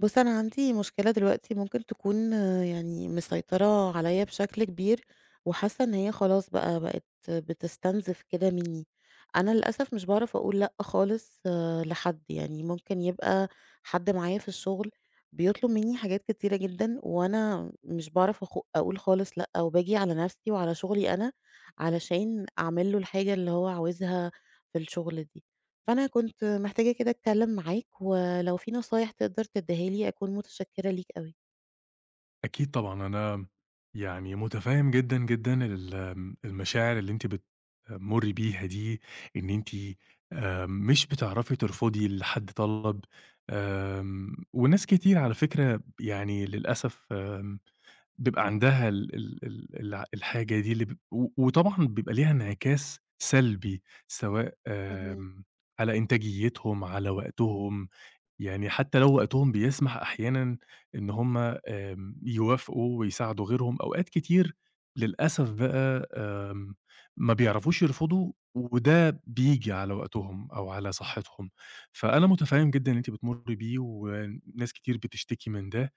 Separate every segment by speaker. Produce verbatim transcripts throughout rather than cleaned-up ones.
Speaker 1: بُص، أنا عندي مشكلة دلوقتي ممكن تكون آه، يعني مسيطرة عليّا بشكل كبير، وحاسة إن هي خلاص بقى بقت بتستنزف كده منّي. أنا للأسف مش باعرف أقول لأ خالص آه، لحد، يعني ممكن يبقى حد معايا في الشغل بيطلب منّي حاجات كتيرة جدًا، وأنا مش باعرف أخ أقول خالص لأ، وباجي على نفسي وعلى شغلي أنا علشان أعمل له الحاجة اللي هو عاوزها في الشغل دي. فأنا كنت محتاجة كده أتكلم معاك، ولو في نصايح تقدر تديها لي أكون متشكرة ليك أوي.
Speaker 2: أكيد طبعًا، أنا يعني مُتفهِّم جدًا، جدًا ال آمم، المشاعر اللي أنتِ بتمُرّي بيها دي، إن أنتِ آآ مش بتعرفي ترفضي لحد طلب، آمم، وناس كتير على فكرة يعني للأسف آمم، بيبقى عندها ال ال ال الع الحاجة دي اللي ب و وطبعًا بيبقى ليها انعكاس سلبي، سواء
Speaker 1: اهم،
Speaker 2: آمم، على إنتاجيتهم، على وقتهم، يعني حتى لو وقتهم بيسمح أحيانًا إن هُم آمم، يوافقوا ويساعدوا غيرهم، أوقات كتير للأسف بقى آمم، ما بيعرفوش يرفضوا وده بييجي على وقتهم أو على صحتهم، فأنا متفهم جدًا اللي أنتِ بتمُرّي بيه وناس كتير بتشتكي من ده.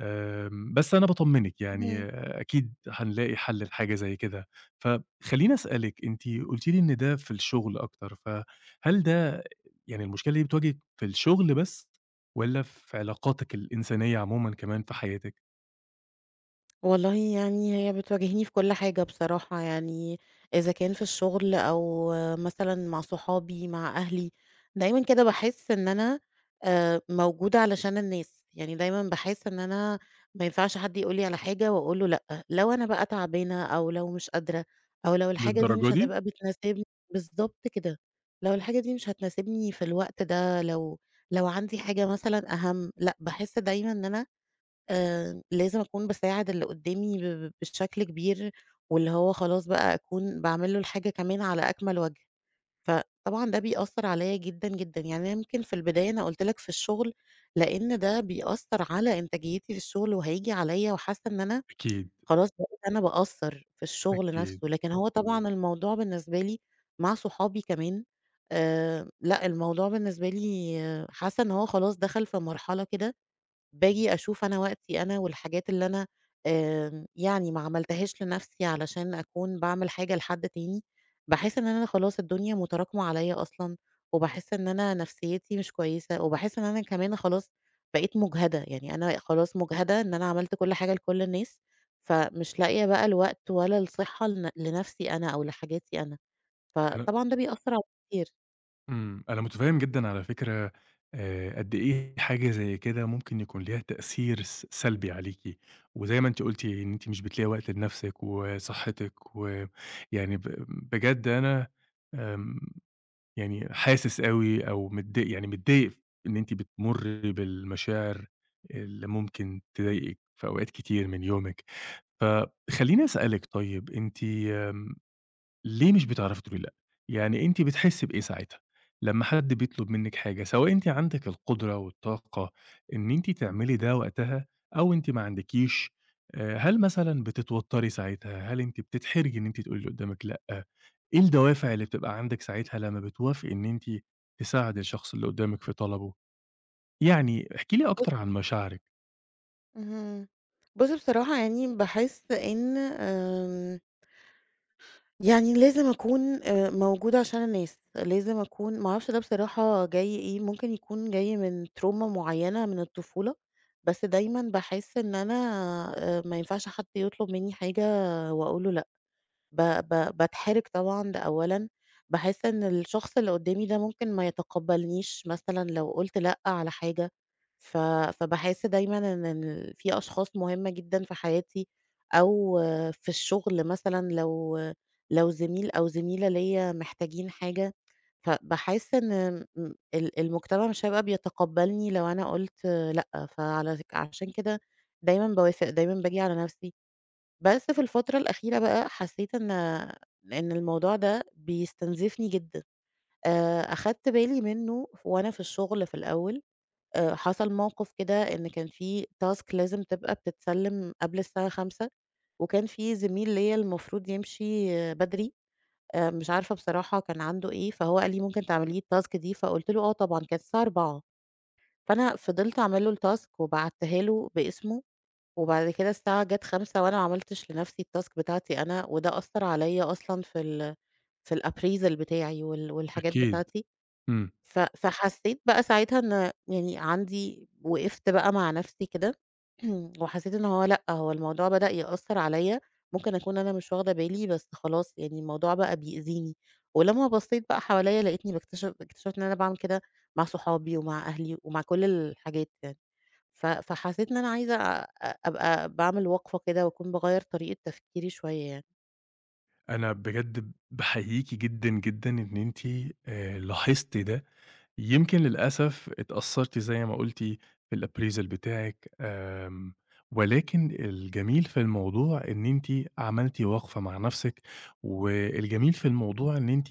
Speaker 2: آمم، بس أنا باطمّنِك يعني
Speaker 1: اهم.
Speaker 2: آه، أكيد هنلاقي حل لحاجة زي كده. فخلّيني أسألِك، أنتِ قُلتِ لي إن ده في الشغل أكتر، فهل ده يعني المشكلة دي بتواجهِك في الشغل بس والّا في علاقاتِك الإنسانية عمومًا كمان في حياتِك؟
Speaker 1: والله يعني هي بتواجهني في كل حاجة بصراحة يعني إذا كان في الشغل أو مثلًا مع صحابي، مع أهلي، دايمًا كده باحس إن أنا آآ موجودة علشان الناس، يعني دايمًا باحس إن أنا ما ينفعش حد يقول لي على حاجة وأقول له لأ، لو أنا بقى تعبانة أو لو مش قادرة أو لو الحاجة دي
Speaker 2: للدرجة
Speaker 1: مش
Speaker 2: دي!
Speaker 1: هتبقى بتناسبني بالضبط كده، لو الحاجة دي مش هتناسبني في الوقت ده، لو لو عندي حاجة مثلًا أهم، لأ باحس دايمًا إن أنا آآ لازم أكون باساعد اللي قدّامي ب ب بشكل كبير، واللي هو خلاص بقى أكون باعمل له الحاجة كمان على أكمل وجه، فطبعًا ده بيأثّر عليّا جدًا، جدًا، يعني أنا يمكن في البداية أنا قُلت لك في الشغل، لإن ده بيأثّر على إنتاجيتي في الشغل وهييجي عليّا وحاسة إن أنا
Speaker 2: أكيد،
Speaker 1: خلاص بقيت أنا باقصّر في الشغل
Speaker 2: أكيد.
Speaker 1: نَفْسه، لكن هو إمم. طبعًا الموضوع بالنسبة لي مع صحابي كمان آآ لأ، الموضوع بالنسبة لي آه، حاسة إن هو خلاص دخل في مرحلة كده باجي أشوف أنا وقتي أنا والحاجات اللي أنا آمم، يعني ما عملتهاش لنفسي علشان أكون باعمل حاجة لحد تاني، باحس إن أنا خلاص الدنيا متراكمة عليّا أصلًا، وباحس إن أنا نفسيتي مش كويسة، وباحس إن أنا كمان خلاص بقيت مُجهدة، يعني أنا خلاص مُجهدة إن أنا عملت كل حاجة لكل الناس، فمش لاقية بقى الوقت ولا الصحة لن لنفسي أنا أو لحاجاتي أنا، فطبعًا ده بيأثّر عليّا كتير.
Speaker 2: إمم، أنا متفهم جدًا على فكرة آآ، قد إيه حاجة زي كده ممكن يكون ليها تأثير س سلبي عليكِ، وزي ما أنتِ قلتِ إن أنتِ مش بتلاقي وقت لنفسِك وصحتِك، ويعني ب بجد أنا آمم، يعني حاسس أوي أو متضايق يعني متضايق إن أنتِ بتمُرّي بالمشاعر اللي ممكن تضايقِك في أوقات كتير من يومِك. فخلّيني أسألِك طيب أنتِ آمم ليه مش بتعرفي تقولي لأ؟ يعني أنتِ بتحسّي بإيه ساعتها، لمّا حد بيطلب منِّك حاجة، سواء أنتِ عندِك القدرة والطاقة إن أنتِ تعملي ده وقتها أو أنتِ ما عندكيش، آآ هل مثلًا بتتوتّري ساعتها، هل أنتِ بتتحرجي إن أنتِ تقولي اللي قدّامِك لأ، إيه الدوافع اللي بتبقى عندِك ساعتها لمّا بتوافقي إن أنتِ تساعدي الشخص اللي قدّامِك في طلبه؟ يعني احكي لي
Speaker 1: بُص
Speaker 2: أكتر عن مشاعرِك.
Speaker 1: اهم، بُص بصراحة يعني باحس إن آمم يعني لازم أكون آآ موجودة عشان الناس، لازم أكون ما أعرفش ده بصراحة جاي إيه، ممكن يكون جاي من trauma معيّنة من الطفولة، بس دايمًا باحس إن أنا آآ ما ينفعش حد يطلب منّي حاجة وأقول له لأ. ب ب باتحرج طبعًا ده أولًا، باحس إن الشخص اللي قدّامي ده ممكن ما يتقبلنيش مثلًا لو قُلت لأ على حاجة، ف فباحس دايمًا إن ال في أشخاص مهمة جدًا في حياتي أو في الشغل مثلًا لو لو زميل أو زميلة ليّا محتاجين حاجة، فباحس إن م ال المجتمع مش هيبقى بيتقبلني لو أنا قُلت لأ، فعلى ك عشان كده دايمًا باوافق، دايمًا باجي على نفسي. بس في الفترة الأخيرة بقى حسيت إن إن الموضوع ده بيستنزفني جدًا، آآ أخدت بالي منه وأنا في الشغل في الأول، آآ حصل موقف كده إن كان في task لازم تبقى بتتسلم قبل الساعة خمسة وكان في زميل ليّا المفروض يمشي آه، بدري، آآ مش عارفة بصراحة كان عنده إيه، فهو قال لي: "ممكن تعملي لي الtask دي؟" فقُلت له: "آه طبعًا." كانت الساعة أربعة فأنا فضلت أعمل له الtask وبعتّها له باسمه وبعد كده الساعة جات خمسة وأنا ما عملتش لنفسي الtask بتاعتي أنا، وده أثّر عليَّ أصلًا في ال في الappraisal بتاعي وال والحاجات
Speaker 2: أكيد.
Speaker 1: بتاعتي،
Speaker 2: إمم،
Speaker 1: ف فحسيت بقى ساعتها إن يعني عندي وقفت بقى مع نفسي كده وحسيت إن هو لأ، هو الموضوع بدأ يأثّر عليَّ، ممكن أكون أنا مش واخدة بالي بس خلاص يعني الموضوع بقى بيأذيني، ولمّا بصيت بقى حواليَّ لقيتني باكتشف اكتشفت إن أنا باعمل كده مع صحابي ومع أهلي ومع كل الحاجات يعني. ف فحسيت إن أنا عايزة أ أ- أبقى باعمل وقفة كده، وأكون باغيّر طريقة تفكيري شوية
Speaker 2: أنا بجد باحييكِ جدًا، جدًا إن أنتِ آآ لاحظتِ ده. يمكن للأسف اتأثّرتِ زي ما قُلتِ بالappraisal بتاعِك آمم، ولكن الجميل في الموضوع إن أنتِ عملتِ وقفة مع نَفْسِك، والجميل في الموضوع إن أنتِ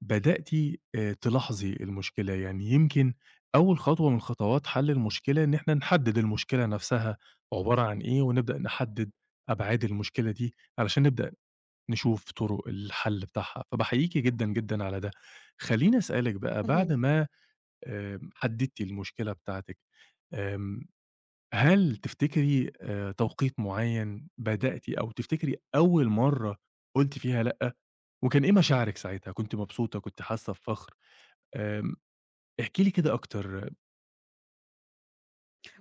Speaker 2: بدأتِ آآ تلاحظي المشكلة، يعني يمكن أول خطوة من خطوات حَل المشكلة إن إحنا نحدّد المشكلة نَفْسها عبارة عن إيه، ونبدأ نحدّد أبعاد المشكلة دي علشان نبدأ نشوف طُرق الحَل بتاعها، فباحييكِ جدًا، جدًا على ده. خلّيني أسألِك بقى بعد
Speaker 1: يعني.
Speaker 2: ما آمم، حددتِ المشكلة بتاعتِك، آمم، هل تفتكري آآ، توقيت معيّن بدأتِ أو تفتكري أول مرّة قُلتِ فيها لأ، وكان إيه مشاعرِك ساعتها، كنتِ مبسوطة، كنتِ حاسة بفخر؟ آمم، احكي لي كده أكتر.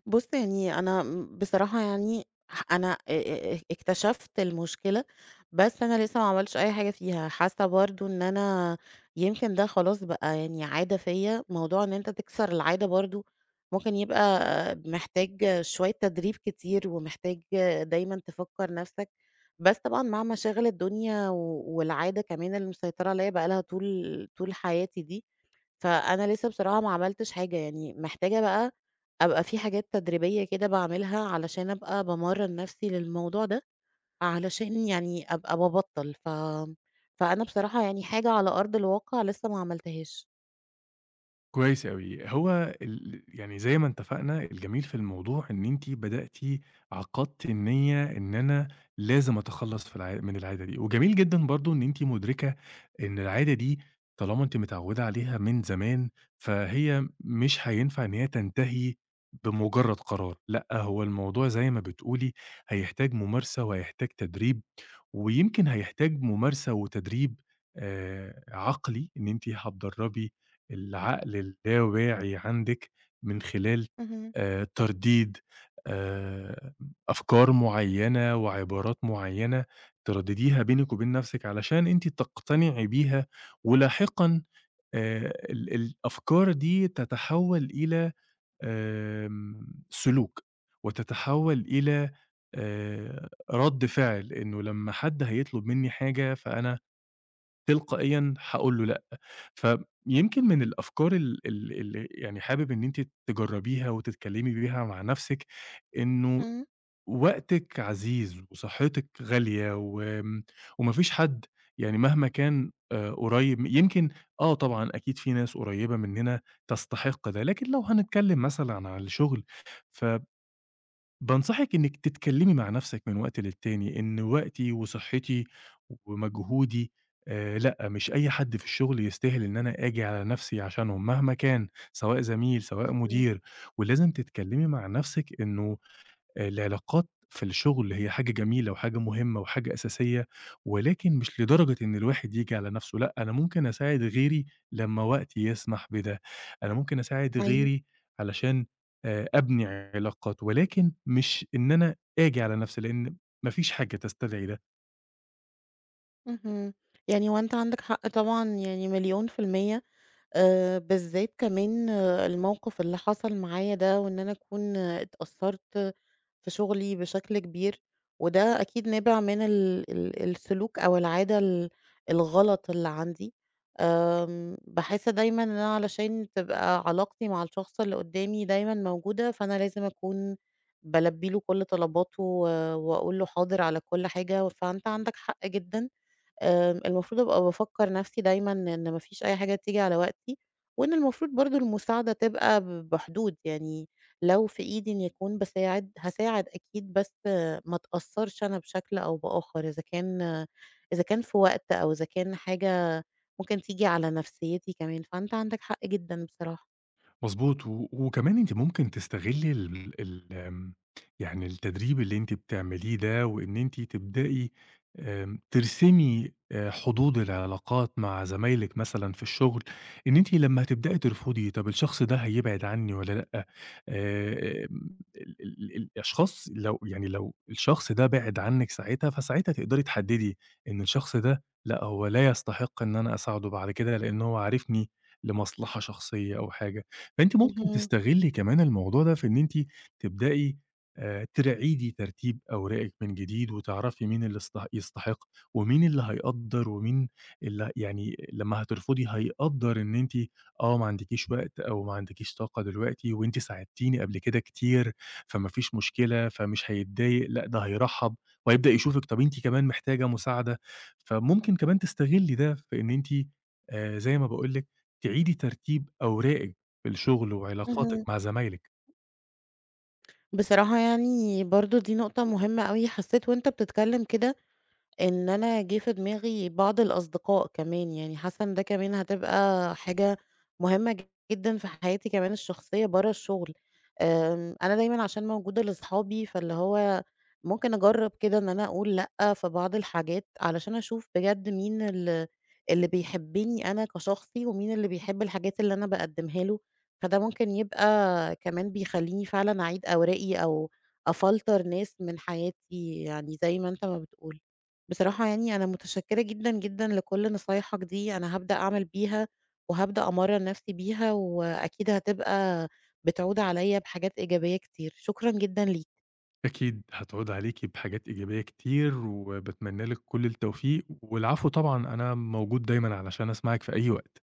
Speaker 1: بُص يعني أنا م بصراحة يعني ح أنا أ أ أ اكتشفت المشكلة، بس أنا لسه ما عملتش أي حاجة فيها، حاسة برضه إن أنا يمكن ده خلاص بقى يعني عادة فيّا، موضوع إن أنت تكسر العادة برضه ممكن يبقى محتاج شوية تدريب كتير، ومحتاج دايمًا تفكّر نَفْسك، بس طبعًا مع مشاغل الدنيا و والعادة كمان اللي مسيطرة عليّا بقى لها طول طول حياتي دي، فأنا لسه بصراحة ما عملتش حاجة، يعني محتاجة بقى أبقى في حاجات تدريبية كده باعملها علشان أبقى بامرّن نفسي للموضوع ده، علشان يعني أبقى بابطّل، ف فأنا بصراحة يعني حاجة على أرض الواقع لسه ما عملتهاش.
Speaker 2: كويس أوي. هو ال يعني زي ما اتفقنا، الجميل في الموضوع إن أنتِ بدأتِ عقدتِ النيّة إن أنا لازم أتخلّص في الع من العادة دي، وجميل جدًا برضه إن أنتِ مُدركة إن العادة دي طالما أنتِ متعوّدة عليها من زمان، فهي مش هينفع إن هي تنتهي بمُجرّد قرار، لأ، هو الموضوع زي ما بتقولي هيحتاج ممارسة وهيحتاج تدريب، ويمكن هيحتاج ممارسة وتدريب آآ عقلي، إن أنتِ هتدرّبي العقل اللاواعي عندِك من خلال
Speaker 1: اهم،
Speaker 2: آآ ترديد آآ أفكار معيّنة وعبارات معيّنة تردديها بينِك وبين نَفْسِك علشان أنتِ تقتنعي بيها، ولاحقًا آآ ال الأفكار دي تتحوّل إلى آمم سلوك، وتتحوّل إلى آآ رَد فعل، إنه لمّا حد هيطلب منّي حاجة فأنا تلقائيًا هاقول له لأ. فيمكن من الأفكار ال ال اللي يعني حابب إن أنتِ تجرّبيها وتتكلّمي بيها مع نَفْسِك، إنه
Speaker 1: إمم،
Speaker 2: وقتِك عزيز وصحّتِك غالية وآمم، وما فيش حد يعني مهما كان آآ قريّب يمكن آه طبعًا أكيد في ناس قريّبة منّنا تستحق ده، لكن لو هنتكلّم مثلًا عن الشُغل ف بانصحِك إنِّك تتكلّمي مع نَفْسِك من وقت للتاني، إن وقتي وصحّتي ومجهودي آآ لأ، مش أي حد في الشغل يستاهل إن أنا آجي على نَفْسي عشانهم مهما كان، سواء زميل، سواء
Speaker 1: إمم، إمم،
Speaker 2: مدير، ولازم تتكلّمي مع نَفْسِك إنه العلاقات في الشغل هي حاجة جميلة وحاجة مهمة وحاجة أساسية، ولكن مش لدرجة إن الواحد ييجي على نفسه، لأ، أنا ممكن أساعد غيري لمّا وقتي يسمح بده، أنا ممكن أساعد
Speaker 1: أيوه.
Speaker 2: غيري علشان آآ أبني علاقات، ولكن مش إن أنا آجي على نفسي، لإن ما فيش حاجة تستدعي ده.
Speaker 1: اهم، يعني هو أنت عندك حق طبعًا يعني مليون في المِيّة آآ بالذات كمان آه، الموقف اللي حصل معايا ده وإن أنا أكون آه، اتأثّرت في شغلي بشكل كبير، وده أكيد نابع من ال ال السلوك أو العادة ال الغلط اللي عندي. آمم باحس دايمًا إن أنا علشان تبقى علاقتي مع الشخص اللي قدّامي دايمًا موجودة، فأنا لازم أكون بالبّي له كل طلباته و وأقول له حاضر على كل حاجة، فأنت عندك حق جدًا آمم، المفروض أبقى بافكّر نَفْسي دايمًا إن ما فيش أي حاجة تيجي على وقتي، وإن المفروض برضه المساعدة تبقى ب بحدود، يعني لو في إيدي إني أكون باساعد، هاساعد أكيد بس آه، ما اتأثّرش أنا بشكل أو بآخَر، إذا كان آه، إذا كان في وقت أو إذا كان حاجة ممكن تيجي على نفسيّتي كمان، فأنت عندك حق جدًا بصراحة.
Speaker 2: مضبوط، و وكمان أنتِ ممكن تستغلّي ال ال آمم، يعني التدريب اللي أنتِ بتعمليه ده، وإن أنتِ تبدئي آمم، ترسمي آآ، حدود العلاقات مع زمايلِك مثلًا في الشغل، إن أنتِ لمّا هتبدئي ترفضي طَب الشخص ده هيبعد عني والّا لأ، آآ، آمم، ال ال ال- الأشخاص لو يعني لو الشخص ده بِعِد عنِّك ساعتها، فساعتها تقدري تحددي إن الشخص ده لأ، هو لا يستحق إن أنا أساعده بعد كده، لإن هو عارفني لمصلحة شخصية أو حاجة. فأنتِ ممكن
Speaker 1: اهم،
Speaker 2: تستغلّي كمان الموضوع ده في إن أنتِ تبدئي آآ تراعيدي ترتيب أوراقِك من جديد، وتعرفي مين اللي است يستحق، ومين اللي هيقدّر، ومين اللي يعني لمّا هترفضي هيقدّر إن أنتِ آه، ما عندكيش وقت أو ما عندكيش طاقة دلوقتي، وأنتِ ساعدتيني قبل كده كتير، فما فيش مشكلة، فمش هيتضايق، لأ ده هيرحّب، وهيبدأ يشوفِك طَب أنتِ كمان محتاجة مساعدة، فممكن كمان تستغلّي ده في إن أنتِ آآ زي ما باقول لِك تعيدي ترتيب أوراقِك في الشغل وعلاقاتِك
Speaker 1: اهم.
Speaker 2: مع زمايلِك،
Speaker 1: بصراحة يعني برضه دي نقطة مهمة أوي، حسّيت وأنت بتتكلّم كده إن أنا جِه في دماغي بعض الأصدقاء كمان، يعني حاسة إن ده كمان هتبقى حاجة مهمة جدًا في حياتي كمان الشخصية برّه الشغل، آمم، أنا دايمًا عشان موجودة لأصحابي فاللي هو ممكن أجرّب كده إن أنا أقول لأ في بعض الحاجات، علشان أشوف بجد مين ال اللي بيحبني أنا كشخصي، ومين اللي بيحب الحاجات اللي أنا باقدّمها له، فده ممكن يبقى كمان بيخلّيني فعلًا أعيد أوراقي أو أفلتر ناس من حياتي يعني زي ما أنت ما بتقول. بصراحة يعني أنا متشكرة جدًا، جدًا لكل نصايحك دي، أنا هابدأ أعمل بيها، وهابدأ أمرّن نفسي بيها، وأكيد هتبقى بتعود عليَّ بحاجات إيجابية كتير، شكرًا جدًا ليك.
Speaker 2: أكيد هتعود عليكِ بحاجات إيجابية كتير، وباتمنى لِك كل التوفيق، والعفو طبعًا أنا موجود دايمًا علشان أسمعِك في أي وقت.